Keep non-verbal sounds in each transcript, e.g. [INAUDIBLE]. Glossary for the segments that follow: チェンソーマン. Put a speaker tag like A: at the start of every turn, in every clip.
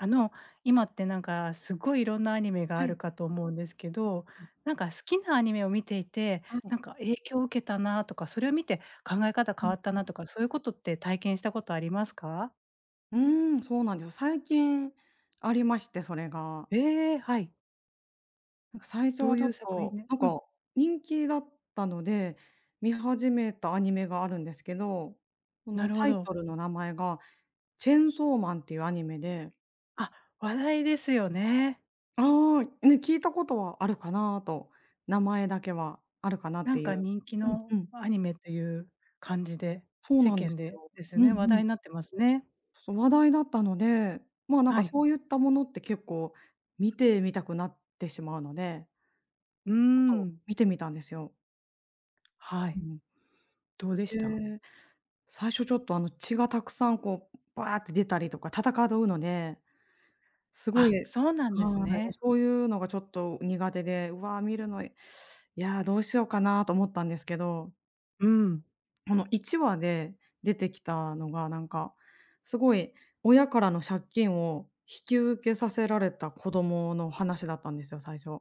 A: あの、今ってなんかすごいいろんなアニメが
B: は
A: ある
B: い。
A: かと思うんですけど、なんか好きなアニメを見ていて、
B: は
A: な
B: い。
A: んか影響を受けたなとか、それを見て考え方
B: う
A: 変
B: ん。
A: わったなとか、そういうことって体験したことありますか？
B: うーん、そうなんです。最近ありまして、それが。
A: ええ、はい。
B: なんか最初
A: ど
B: は
A: う
B: ち
A: い
B: ょっ
A: う作品
B: と、
A: ね
B: なん
A: うん、
B: か人気だったので、見始めたアニメがあるんですけど、そ
A: な
B: の
A: るほ
B: タイト
A: ど。
B: ルの名前がチェンソーマンっていうアニメで。
A: あ、話題ですよね。
B: ああ、ね、聞いたことはあるかなと、名前だけはあるかなっ
A: な
B: て
A: ん
B: い
A: か
B: う。
A: 人気
B: うんう
A: の
B: ん。
A: アニメという感じで、
B: そう
A: 世
B: なんで
A: 間
B: す
A: で
B: よ。
A: です
B: うん
A: ね、話
B: うん。
A: 題になってますね。
B: そう、話題だったので、まあ、なんか
A: はい。
B: そういったものって結構見てみたくなってしまうので、
A: うー
B: ちょっと
A: ん。
B: 見てみたんですよ。
A: は
B: う
A: い。
B: ん。
A: どうでした？
B: で、最初ちょっと血がたくさんこうバーって出たりとか、戦うので、すごい。
A: あ、
B: はい、
A: そうなんですね。
B: そういうのがちょっと苦手で、うわ、見るの嫌、どうしようかなと思ったんですけど、
A: うん。
B: この1話で出てきたのが、なんか、すごい親からの借金を引き受けさせられた子供の話だったんですよ、最初。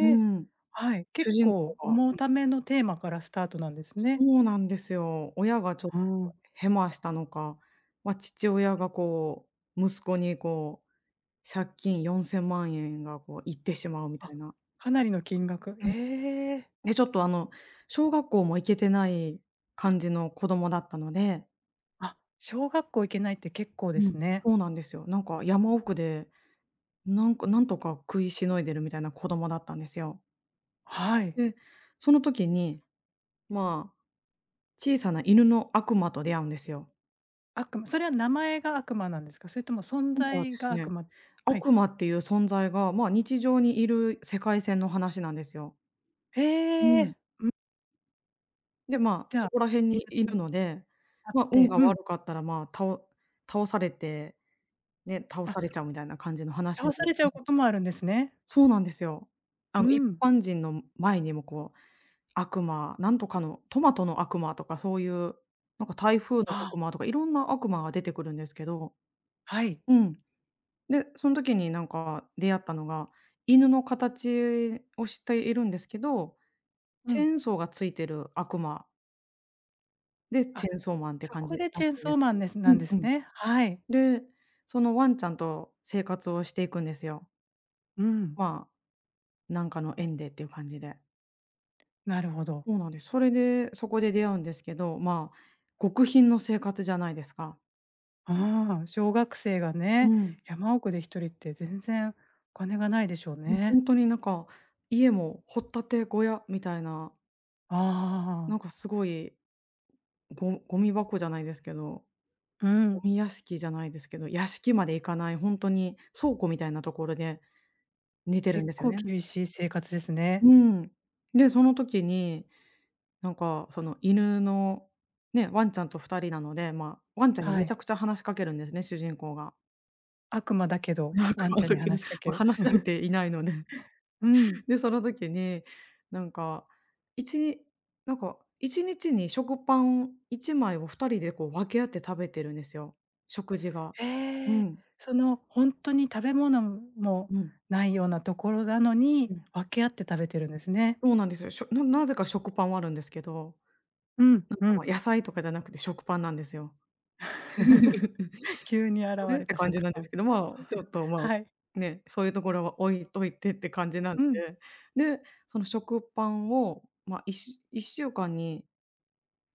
B: う
A: え。
B: ん。
A: はい、
B: 主
A: 結
B: 人公
A: 構
B: が、う
A: 重
B: ん。
A: ためのテーマからスタートなんです
B: そ
A: ね。
B: うなんですよ。親がちょっ
A: うん。
B: とヘマしたのか、ま、父親がこう、息子にこう、借金4000万円がこう行ってしまうみた
A: あ、
B: いな。
A: かなりの金額。
B: うん。
A: ええ。
B: で、ちょっと小学校も行けてない感じの子供だったので。
A: あ、小学校行けないって結構
B: う
A: で
B: ん。
A: すね。
B: そうなんですよ。なんか山奥でなんかなんとか食いしのいでるみたいな子供だったんですよ。
A: はい。
B: で、その時に、まあ、小さな犬の悪魔と出会うんですよ。
A: 悪魔それは名前が悪魔なんですか？それとも存
B: なんかで
A: 在
B: す
A: が
B: ね、
A: 悪魔はい。
B: 悪魔っていう存在が、まあ、日常にいる世界線の話なんですよ。
A: え
B: うん。
A: え。
B: で、まあ、
A: じゃ
B: そ
A: あ、
B: こら辺
A: 犬
B: に
A: と
B: いるので、
A: あっ
B: まあ、運
A: て
B: が
A: うん。
B: 悪かったら、まあ、倒されて、ね、倒
A: あ、
B: されちゃうみたいな感じの話な
A: 倒
B: ん
A: されちゃ
B: で。
A: うこともあるんですね。
B: そうなんですよ。
A: う
B: 一
A: ん。
B: 般人の前にもこう悪魔、なんとかのトマトの悪魔とかそういう、なんか台風の
A: あ、
B: 悪魔とかいろんな悪魔が出てくるんですけど。
A: はい。
B: うん。で、その時になんか出会ったのが、犬の形をしているんですけど、
A: う
B: チェ
A: ん。
B: ーンソーがついてる悪魔で、チ
A: あ、
B: ェーンソーマンって
A: そ
B: 感じ
A: こで
B: ら
A: チ
B: し
A: ェン
B: いんで
A: ソー
B: す
A: マ
B: け
A: ン
B: ど。
A: ですな
B: う
A: ん
B: ん
A: で
B: う
A: す
B: ん。
A: ね。はい。
B: で、そのワンちゃんと生活をしていくんですよ。
A: うん。
B: まあ、なんかの縁でっていう感じで。
A: なるほど。
B: そうなんです。それで、そこで出会うんですけど、まあ、極貧の生活じゃないですか。
A: ああ、小学生が
B: う
A: ね、
B: ん。
A: 山奥で一人って全然お金がないでしょう
B: もうほ
A: ね。
B: んとになんか、家も掘ったて小屋みたいな、
A: あ
B: なんか
A: あ、
B: すごい、ゴミ箱じゃないですけど、
A: う
B: ゴ
A: ん、
B: ミ屋敷じゃないですけど、屋敷まで行かないほんとに倉庫みたいなところで寝てるん
A: 結
B: ですよ
A: 構
B: ね。
A: 厳しい生活ですね。
B: うん。で、その時に、なんかその犬の、ね、ワンちゃんと2人なので、まあ、ワンちゃんに
A: は
B: めちゃ
A: い。
B: くちゃ話しかけるんですね、主人公が。
A: 悪魔だけど、
B: 役
A: ワン
B: 場
A: ちゃん
B: だ
A: に
B: けど、
A: 話しかけ
B: ま、
A: る。
B: 話し相手いないので。
A: うん。
B: で、その時に、なんか、一日1日に食パン1枚を2人でこう分け合って食べてるんですよ、食事が。う
A: ええ、
B: ん、
A: その、本当に食べ物も
B: うん、
A: ないようなところなの
B: う
A: に、
B: ん。
A: 分け合って食べてるんですね。
B: そうなんですよ。しょななぜか食パンはあるんですけど、
A: うん、
B: なん
A: う
B: か、ま、
A: ん。
B: 野菜とかじゃなくて食パンなんですよ。
A: [LAUGHS]
B: [LAUGHS]
A: 急に現
B: これ？っ
A: れ
B: て
A: た
B: 感じ
A: 食
B: なんで
A: パ
B: す
A: ン。
B: けど、まあ、ちょっと、ま
A: はい。
B: あ、ね、そういうところは置いといてって感じなん
A: うん。
B: で、で、その食パンを、ま、いっし1週間に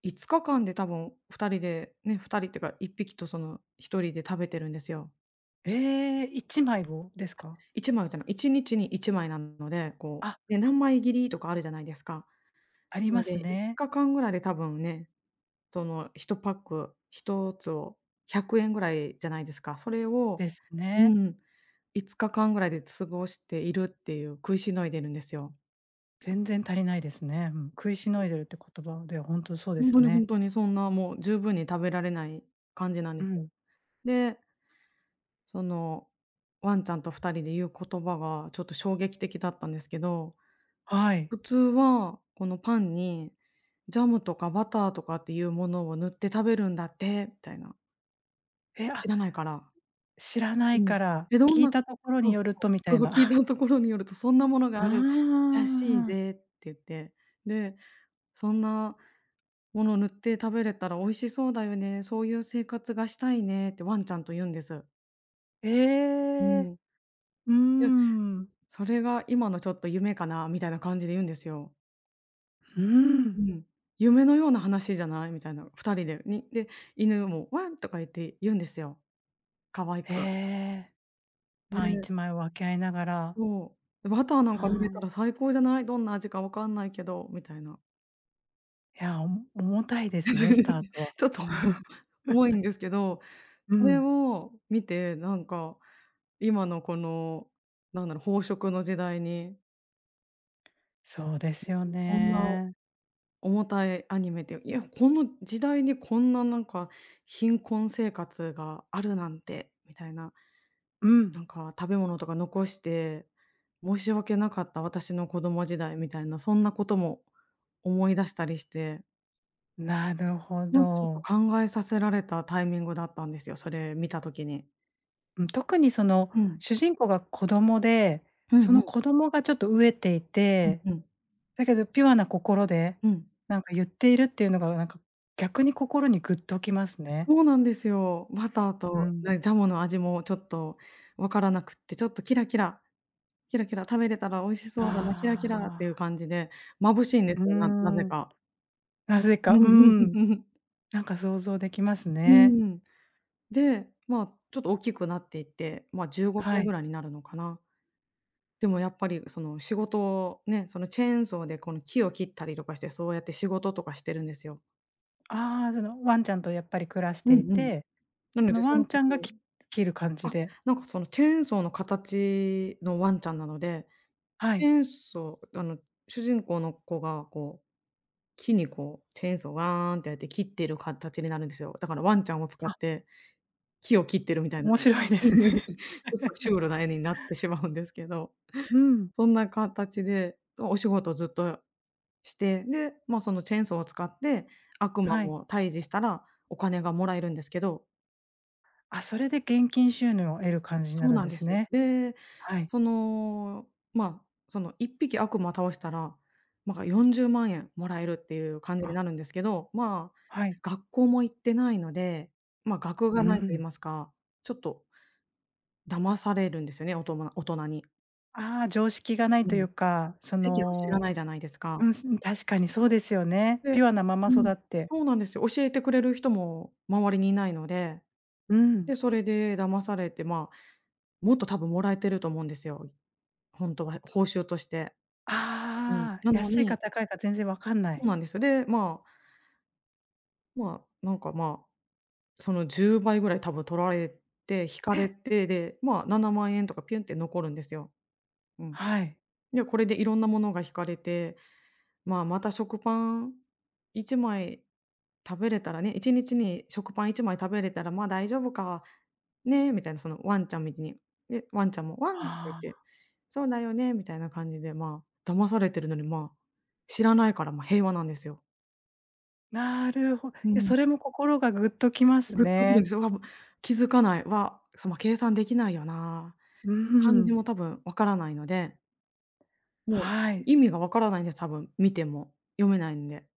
B: 5日間で多分2人で、ね、2人っていうか1匹とその1人で食べてるんですよ。
A: ええ、一枚をですか？
B: 1枚じゃない、1日に1枚なので、こ
A: あ。
B: う、ね、何枚切りとかあるじゃないですか。
A: あり
B: なの
A: ます
B: で5
A: ね。
B: 日間ぐらいで多分ね、その1パック1つを100ぐらいじゃないですか。それを、
A: です
B: う
A: ね。
B: ん、5日間ぐらいで過ごしているっていう、食いしのいでるんですよ。
A: 全然足りないですね。うん。食いしのいでるって言葉で、本当そうで
B: ほんと
A: す
B: にほん
A: ね。
B: とにそんなもう十分に食べられない感じなんで
A: う
B: すよ。
A: ん。
B: で、その、ワンちゃんと二人で言う言葉がちょっと衝撃的だったんですけど、
A: はい。
B: 普通はこのパンにジャムとかバターとかっていうものを塗って食べるんだって、みたいな。
A: え、
B: 知
A: あ、
B: らないから。
A: 知らな
B: う
A: い
B: ん。
A: から、
B: え、どん
A: 聞い
B: な
A: たところ
B: そ
A: に
B: うそ
A: よる
B: う。
A: とみ
B: そ
A: た
B: う
A: い
B: そう、
A: な。
B: 聞いた
A: [LAUGHS]
B: ところによるとそんなものが
A: あ
B: あるらしい
A: あ。
B: ぜって言って、で、そんなもの塗って食べれたら美味しそうだよね、そういう生活がしたいねってワンちゃんと言うんです。
A: え
B: う
A: え。
B: ん。
A: うー
B: で、
A: ん。
B: それが今のちょっと夢かなみたいな感じで言うんですよ。
A: うー
B: う
A: ん。
B: ん。夢のような話じゃないみたいな、2人で、犬もワンとか言って言うんですよ、可愛
A: え
B: く。
A: え。パン
B: で、
A: 一枚を分け合いながら。
B: そう、バターなん
A: あ
B: か塗れたら
A: ー、
B: 最高じゃない、どんな味かわかんないけどみたいな。
A: いや、重たいですね、スター
B: [LAUGHS]
A: トは。
B: ちょっと重いん
A: [LAUGHS]
B: ですけど、
A: う
B: それ
A: ん。
B: を見てなんか、今のこの、なんだろう、飽食の時代に、
A: そうですよ
B: こんな
A: ね。
B: 重たいアニメで、いや、この時代にこんななんか貧困生活があるなんてみたいな、
A: うん。
B: なんか食べ物とか残して申し訳なかった私の子供時代みたいな、そんなことも思い出したりして、
A: なるほ
B: なんかちょっと
A: ど。
B: 考えさせられたタイミングだったんですよ、それ見た時に。
A: うん、特にその、
B: うん。
A: 主人公が子供で、
B: うんう
A: そ
B: ん
A: の
B: う
A: 子供がちょっと飢えてい
B: ん
A: て、
B: うん。
A: だけどピュアな心で、
B: うん。
A: なんか言っているっていうのがなんか、逆に心にグッときますね。
B: そうなんですよ。バター
A: う
B: と、
A: ん。
B: ね、ジャムの味もちょっとわからなくって、ちょっとキラキラキラキラ食べれたら美味しそうだな、キラキラっ
A: あ
B: ていう
A: あ、
B: 感じで、眩しいんで
A: うー
B: すよ、ななぜ
A: ん、
B: か。
A: なぜか、うん、
B: [LAUGHS]
A: なんか想像できます
B: う
A: ね。
B: ん。で、まあ、ちょっと大きくなっていって、まあ、15
A: は
B: 歳ぐ
A: い。
B: らいになるのかな。でもやっぱりその仕事をね、そのチェーンソーでこの木を切ったりとかして、そうやって仕事とかしてるんですよ。
A: ああ、そのワンちゃんとやっぱり暮らし
B: う
A: てい
B: んうん。
A: て、
B: なの
A: そ
B: で
A: の
B: そ
A: ワ
B: の
A: ンち
B: 時、
A: ゃんが切る感じ
B: あ、
A: で、
B: なんかそのチェーンソーの形のワンちゃんなので、
A: は
B: チェー
A: い。
B: ンソー、主人公の子がこう、木にこう、チェーンソーをワーンってやって切ってる形になるんですよ。だからワンちゃんを使っ
A: あ、
B: て木を切ってるみたいな、[LAUGHS] ち
A: 面白いですね。
B: ょっとシュ
A: [LAUGHS]
B: ールな絵になってしまうんですけど、
A: うん、
B: そんな形で、お仕事をずっとして、で、まあ、そのチェーンソーを使って悪魔
A: はい。
B: も退治したらお金がもらえるんですけど。
A: あ、それで現金収入を得る感じにな
B: そう
A: るん
B: なん
A: で
B: で
A: す
B: すよ。
A: ね。
B: で、
A: はい。
B: その、まあ、その1匹悪魔倒したら、まあ、40万円もらえるっていう感じに
A: あ、
B: なるんですけど、まあ、
A: はい。
B: 学校も行ってないので、まあ、学
A: う
B: がないと言い
A: ん。
B: ますか、ちょっと騙されるんですよね、おとま大人に。
A: ああ、常識がない
B: う
A: とい
B: ん。
A: うか、そ
B: 籍を知らな
A: の、
B: いじゃないですか。
A: うん、確かにそうですよね。ピ
B: で、
A: ュアなまま
B: う
A: 育
B: ん、
A: って。
B: そうなんですよ。教えてくれる人も周りにいないので、
A: う
B: で、
A: ん。
B: それで騙されて、まあ、もっと多分もらえてると思うんですよ。本当は、報酬として。うん、
A: ああ、
B: なの
A: 安いか
B: に
A: 高いか全然わかんな
B: そう
A: い。
B: なんですよ。で、まあ、なんか、まあ、その10倍ぐらい多分取られて、引かれて、で、まあ、7万円とかピュンって残るんですよ。うん。
A: はい。
B: で、これでいろんなものが引かれて、まあ、また食パン1枚食べれたらね、1日に食パン1枚食べれたら、まあ、大丈夫か、ね、みたいな、そのワンちゃんみたいに。で、ワンちゃんも「ワン」とか言っ
A: あ
B: て、
A: あ、
B: 「そうだよね」みたいな感じで、まあ、騙されてるのに、まあ、知らないから、ま、平和なんですよ。
A: なるほい
B: う
A: や
B: ん、
A: それも心がぐっときます
B: グッとくるんで
A: ね。
B: すよ。気づかない、の計算できないよな、
A: う
B: 漢字
A: ん。
B: も多分分からないので、も
A: は
B: う
A: い。
B: 意味が分からないんです、多分見ても、読めないんで。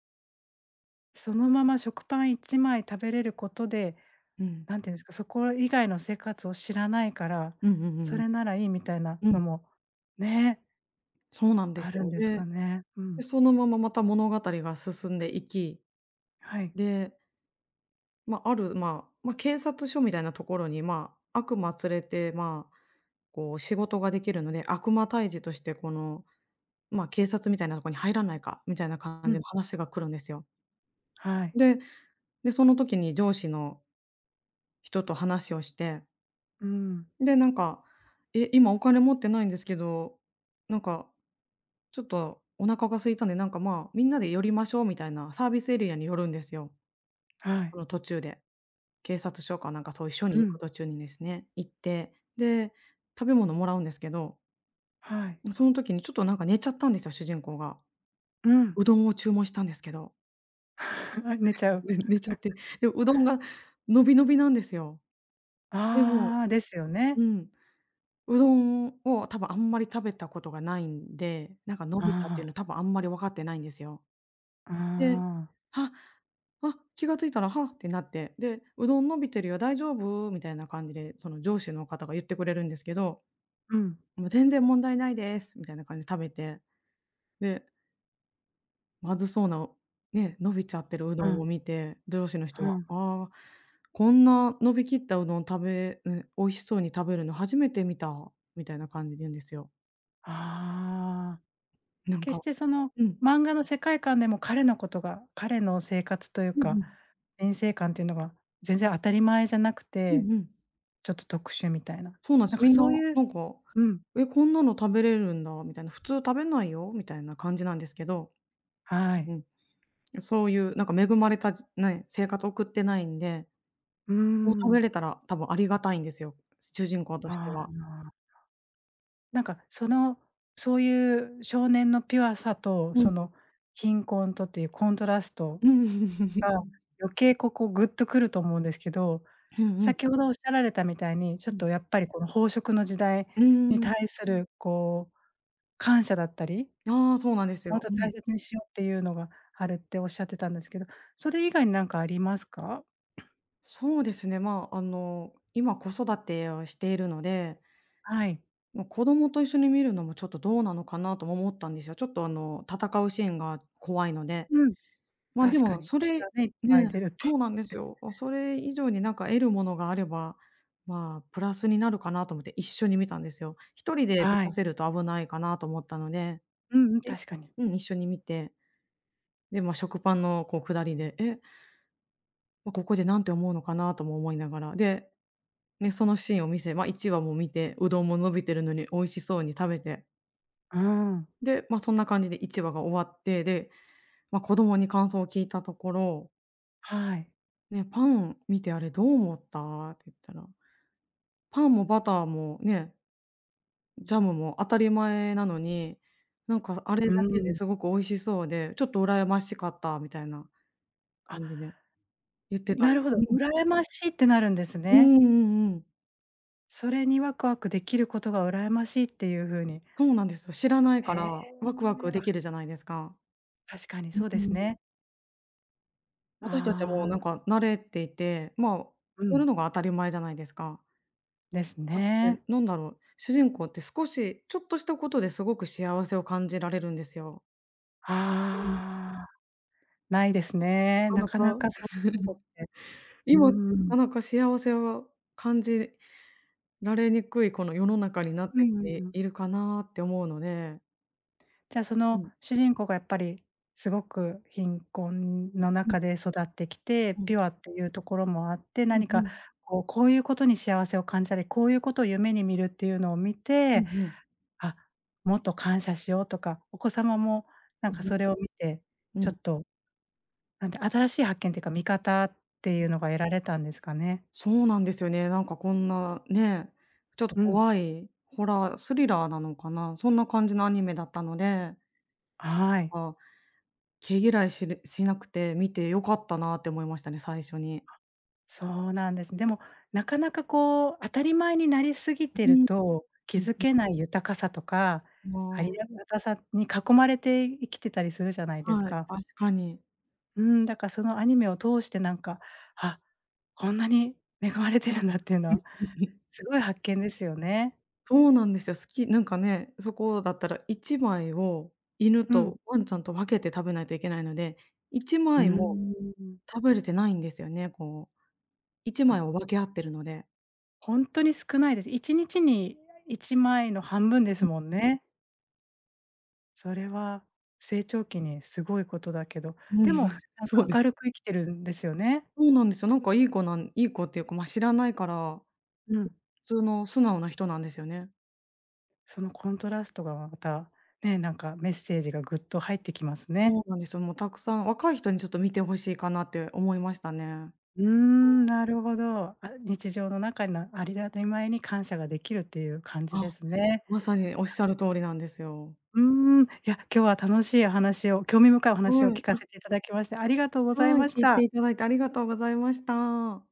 A: そのまま食パン1枚食べれることで
B: うん。
A: なんていうんですか、そこ以外の生活を知らないから、
B: うんうんうんう
A: そ
B: ん。
A: れならいいみたいな
B: う
A: の
B: ん、
A: も、ね、
B: そうなんで
A: あ
B: す
A: るん
B: よ。
A: です
B: で、
A: かね。うん。
B: そのまままた物語が進んでいき、
A: はい。
B: で、まあ、ある、まあ、まあ、警察署みたいなところに、まあ、悪魔連れて、まあ、こう仕事ができるので、悪魔退治としてこの、まあ、警察みたいなところに入らないかみたいな感じ
A: う
B: の
A: ん。
B: 話が来るんですよ。
A: はい。
B: で、で、その時に上司の人と話をして、
A: うん。
B: で、なんか、「え、今お金持ってないんですけど、なんか、ちょっとお腹が空いたんで、なんか、まあ、みんなで寄りましょう」みたいな、サービスエリアに寄るんですよ。
A: は
B: あ
A: い。
B: の、途中で。警察署かなんか、そう一緒
A: う
B: に行く
A: ん。
B: 途中にですね、行って、で、食べ物もらうんですけど、
A: はい。
B: その時にちょっと、なんか、寝ちゃったんですよ、主人公が。
A: うん。
B: うどんを注文したんですけど、
A: [LAUGHS] 寝ちゃう。
B: ね寝ちゃって、で、うどんがのびのびなんですよ。でも、
A: ああ、ですよね。
B: うん。うどんを多分あんまり食べたことがないんで、なんか伸びたっていう
A: あ
B: の多分あんまり分かってないんですよ。
A: あ、
B: で、
A: ああ。
B: は、あ、気が付いたら、はってなって、で、「うどん伸びてるよ、大丈夫？」みたいな感じで、その上司の方が言ってくれるんですけど、
A: うん、
B: もう「全然問題ないです」みたいな感じで食べて、で、まずそうな、ね、伸びちゃってるうど
A: う
B: んを
A: ん、
B: 見て、上司の人
A: う
B: は、
A: ん。
B: 「ああ、こんな伸びきったうどん食べ美味しそうに食べるの初めて見た」みたいな感じで言うんですよ。
A: ああ。
B: なん
A: 決し
B: か、
A: てその
B: うん。
A: 漫画の世界観でも彼のことが、彼の生活という
B: うん
A: か、
B: うん。
A: 人生観っていうのが全然当たり前じゃなく
B: う
A: て
B: んうん。
A: ちょっと特殊みたいな。
B: そうなんです。
A: なんか
B: みんな、
A: そういう、
B: なんか、
A: うん、
B: 「え、こんなの食べれるんだ」みたいな、「普通食べないよ」みたいな感じなんですけど、
A: は
B: う
A: い。
B: ん、そういうなんか恵まれたじね、生活送ってないんで、
A: うー
B: こう食べ
A: ん。
B: れたら多分ありがたいんですよ、主人公として
A: ああ、
B: は。
A: なんかその、そういう少年のピュアさと、
B: うん。
A: その貧困とっていうコントラスト
B: う
A: が、
B: ん。
A: 余計ここグッとくると思うんですけど、
B: うんうん。
A: 先ほどおっしゃられたみたいに、ちょっ
B: うん。
A: とやっぱりこの飽食の時代に
B: ん。
A: 対するこう、感謝だったり、
B: ああ、そうなんです
A: もっ
B: よ。
A: と
B: うん。
A: 大切にしようっていうのがあるっておっしゃってたんですけど、それ以外になんかありますか？
B: そうですね、まあ、あの、今子育てをしているので、
A: はい。
B: もう子供と一緒に見るのもちょっとどうなのかなとも思ったんですよ。ちょっとあの、戦うシーンが怖いので。
A: うん。
B: まあ、で
A: 確か
B: も
A: に。
B: そ
A: 血
B: れ
A: がね、いっぱ
B: ね、
A: い出るって。
B: そうなんですよ。あ、それ以上になんか得るものがあれば、まあ、プラスになるかなと思って一緒に見たんですよ。一人で見
A: は
B: さ
A: い。
B: せると危ないかなと思ったので、
A: うんうん、
B: え、
A: 確かに。
B: うん、一緒に見て、で、まあ、食パンのこう下りで、え、ま、ここでなんて思うのかなとも思いながら、で、ね、そのシーンを見せ1話も見て、うどんも伸びてるのに美味しそうに食べて、
A: うーん。
B: で、まあ、そんな感じで1話が終わって、で、まあ、子供に感想を聞いたところ、
A: はい。
B: 「ね、パン見てあれどう思った？」って言ったら、「パンもバターもね、ジャムも当たり前なのに、なんかあれ
A: う
B: だけ
A: ー
B: で
A: ん。
B: すごく美味しそうで、ちょっと羨ましかった」みたいな
A: あ、
B: 感じで言ってた
A: な
B: の。う
A: るほど、
B: ん。
A: 羨ましいってなるんです
B: う
A: ね。
B: んうんうん。
A: それにワクワクできることが羨ましいっていう風に。
B: そうなんですよ。知らないか
A: へえ、
B: らワクワク
A: あ、
B: できるじゃないですか。
A: 確かに
B: う
A: そうです
B: ん。
A: ね。
B: 私たちはもう
A: あ
B: な
A: あ、
B: んか慣れていて、まあ、
A: う
B: や
A: ん、
B: るのが当たり前じゃないですか。
A: です
B: え、
A: ね。
B: なんだろう、主人公って少しちょっとしたことですごく幸せを感じられるんですよ。うん。な
A: ああ、ないですね。
B: か
A: な
B: な
A: かな
B: か、
A: かそういうことって。う
B: 今って
A: ー
B: な
A: ん。
B: かなか幸せを感じられにくいこの世の中になっ
A: う
B: てき
A: んうん
B: て
A: うん。
B: いるかなって思うので。
A: じゃあ、そ
B: う
A: の
B: ん、
A: 主人公がやっぱりすごく貧困の
B: うん、
A: 中で育ってきて、
B: うん、
A: ピュアっていうところもあって、
B: うん
A: 何
B: う
A: か
B: ん、
A: こうこういうことに幸せを感じたり、こういうことを夢に見るっていうのを見
B: う
A: て、
B: んうん、
A: あ、もっと感謝しようとか、お子様もなん
B: う
A: か
B: ん
A: それを見て、
B: うん、う
A: ちょ
B: ん。
A: っとなんて新しい発見っていうか、見方っていうのが得られたんですかね。
B: そうなんですよね。なんかこんなね、ちょっと
A: うん、
B: 怖いホラー、スリラーなのかな、そんな感じのアニメだったので、
A: はい。
B: あ、毛嫌いしなくて、見て良かったなって思いましたね、最初に。
A: そうなんです。でも、なかなかこう、当たり前になりすぎて
B: う
A: る
B: ん。
A: と、気
B: うん
A: づ
B: うん。
A: けない豊かさとか、あり
B: あ
A: がたさに囲まれて生きてたりするじゃない
B: あ、
A: です
B: はい、
A: か。
B: 確かに。
A: うん、だからそのアニメを通してなんか、あ、こんなに恵まれてるんだっていうのは、すごい発見ですよね。
B: そうなんですよ。なんかね、そこだったら1枚を犬
A: うん。
B: とワンちゃんと分けて食べないといけないので、1
A: うー
B: 枚も
A: ん。
B: 食べれてないんですよね、こう、1
A: あ、
B: 枚を分け合ってるので。
A: ほんとに少ないです。1日に1枚の半分ですもんね。それは成長期にすごいことだけど、
B: うんうん、
A: でも
B: [LAUGHS]
A: なん
B: そう
A: か
B: です。
A: 明るく生きてるんですよね。
B: そうなんですよ。なんかいい子っていうか、ま、知らないから、
A: うん。
B: 普通の素直な人なんですよね。
A: そのコントラストがまた、ね、なんかメッセージがぐっと入ってきます
B: そ
A: ね。
B: うなんですよ。もうたくさん若い人にちょっと見てほしいかなって思いましたね。
A: うーん、なるほど。あ、日常の中のありがたいまいに感謝ができるっていう感じで
B: あ、
A: すね。
B: まさにおっしゃる通りなんですよ。
A: うーん、いや、今日は楽しいお話を興味深いお話
B: は
A: を
B: い、
A: 聞か
B: あ、
A: せていただきまして、ありがとうござい
B: はい、
A: まし
B: 聞いて
A: た。
B: いただいてありがとうございました。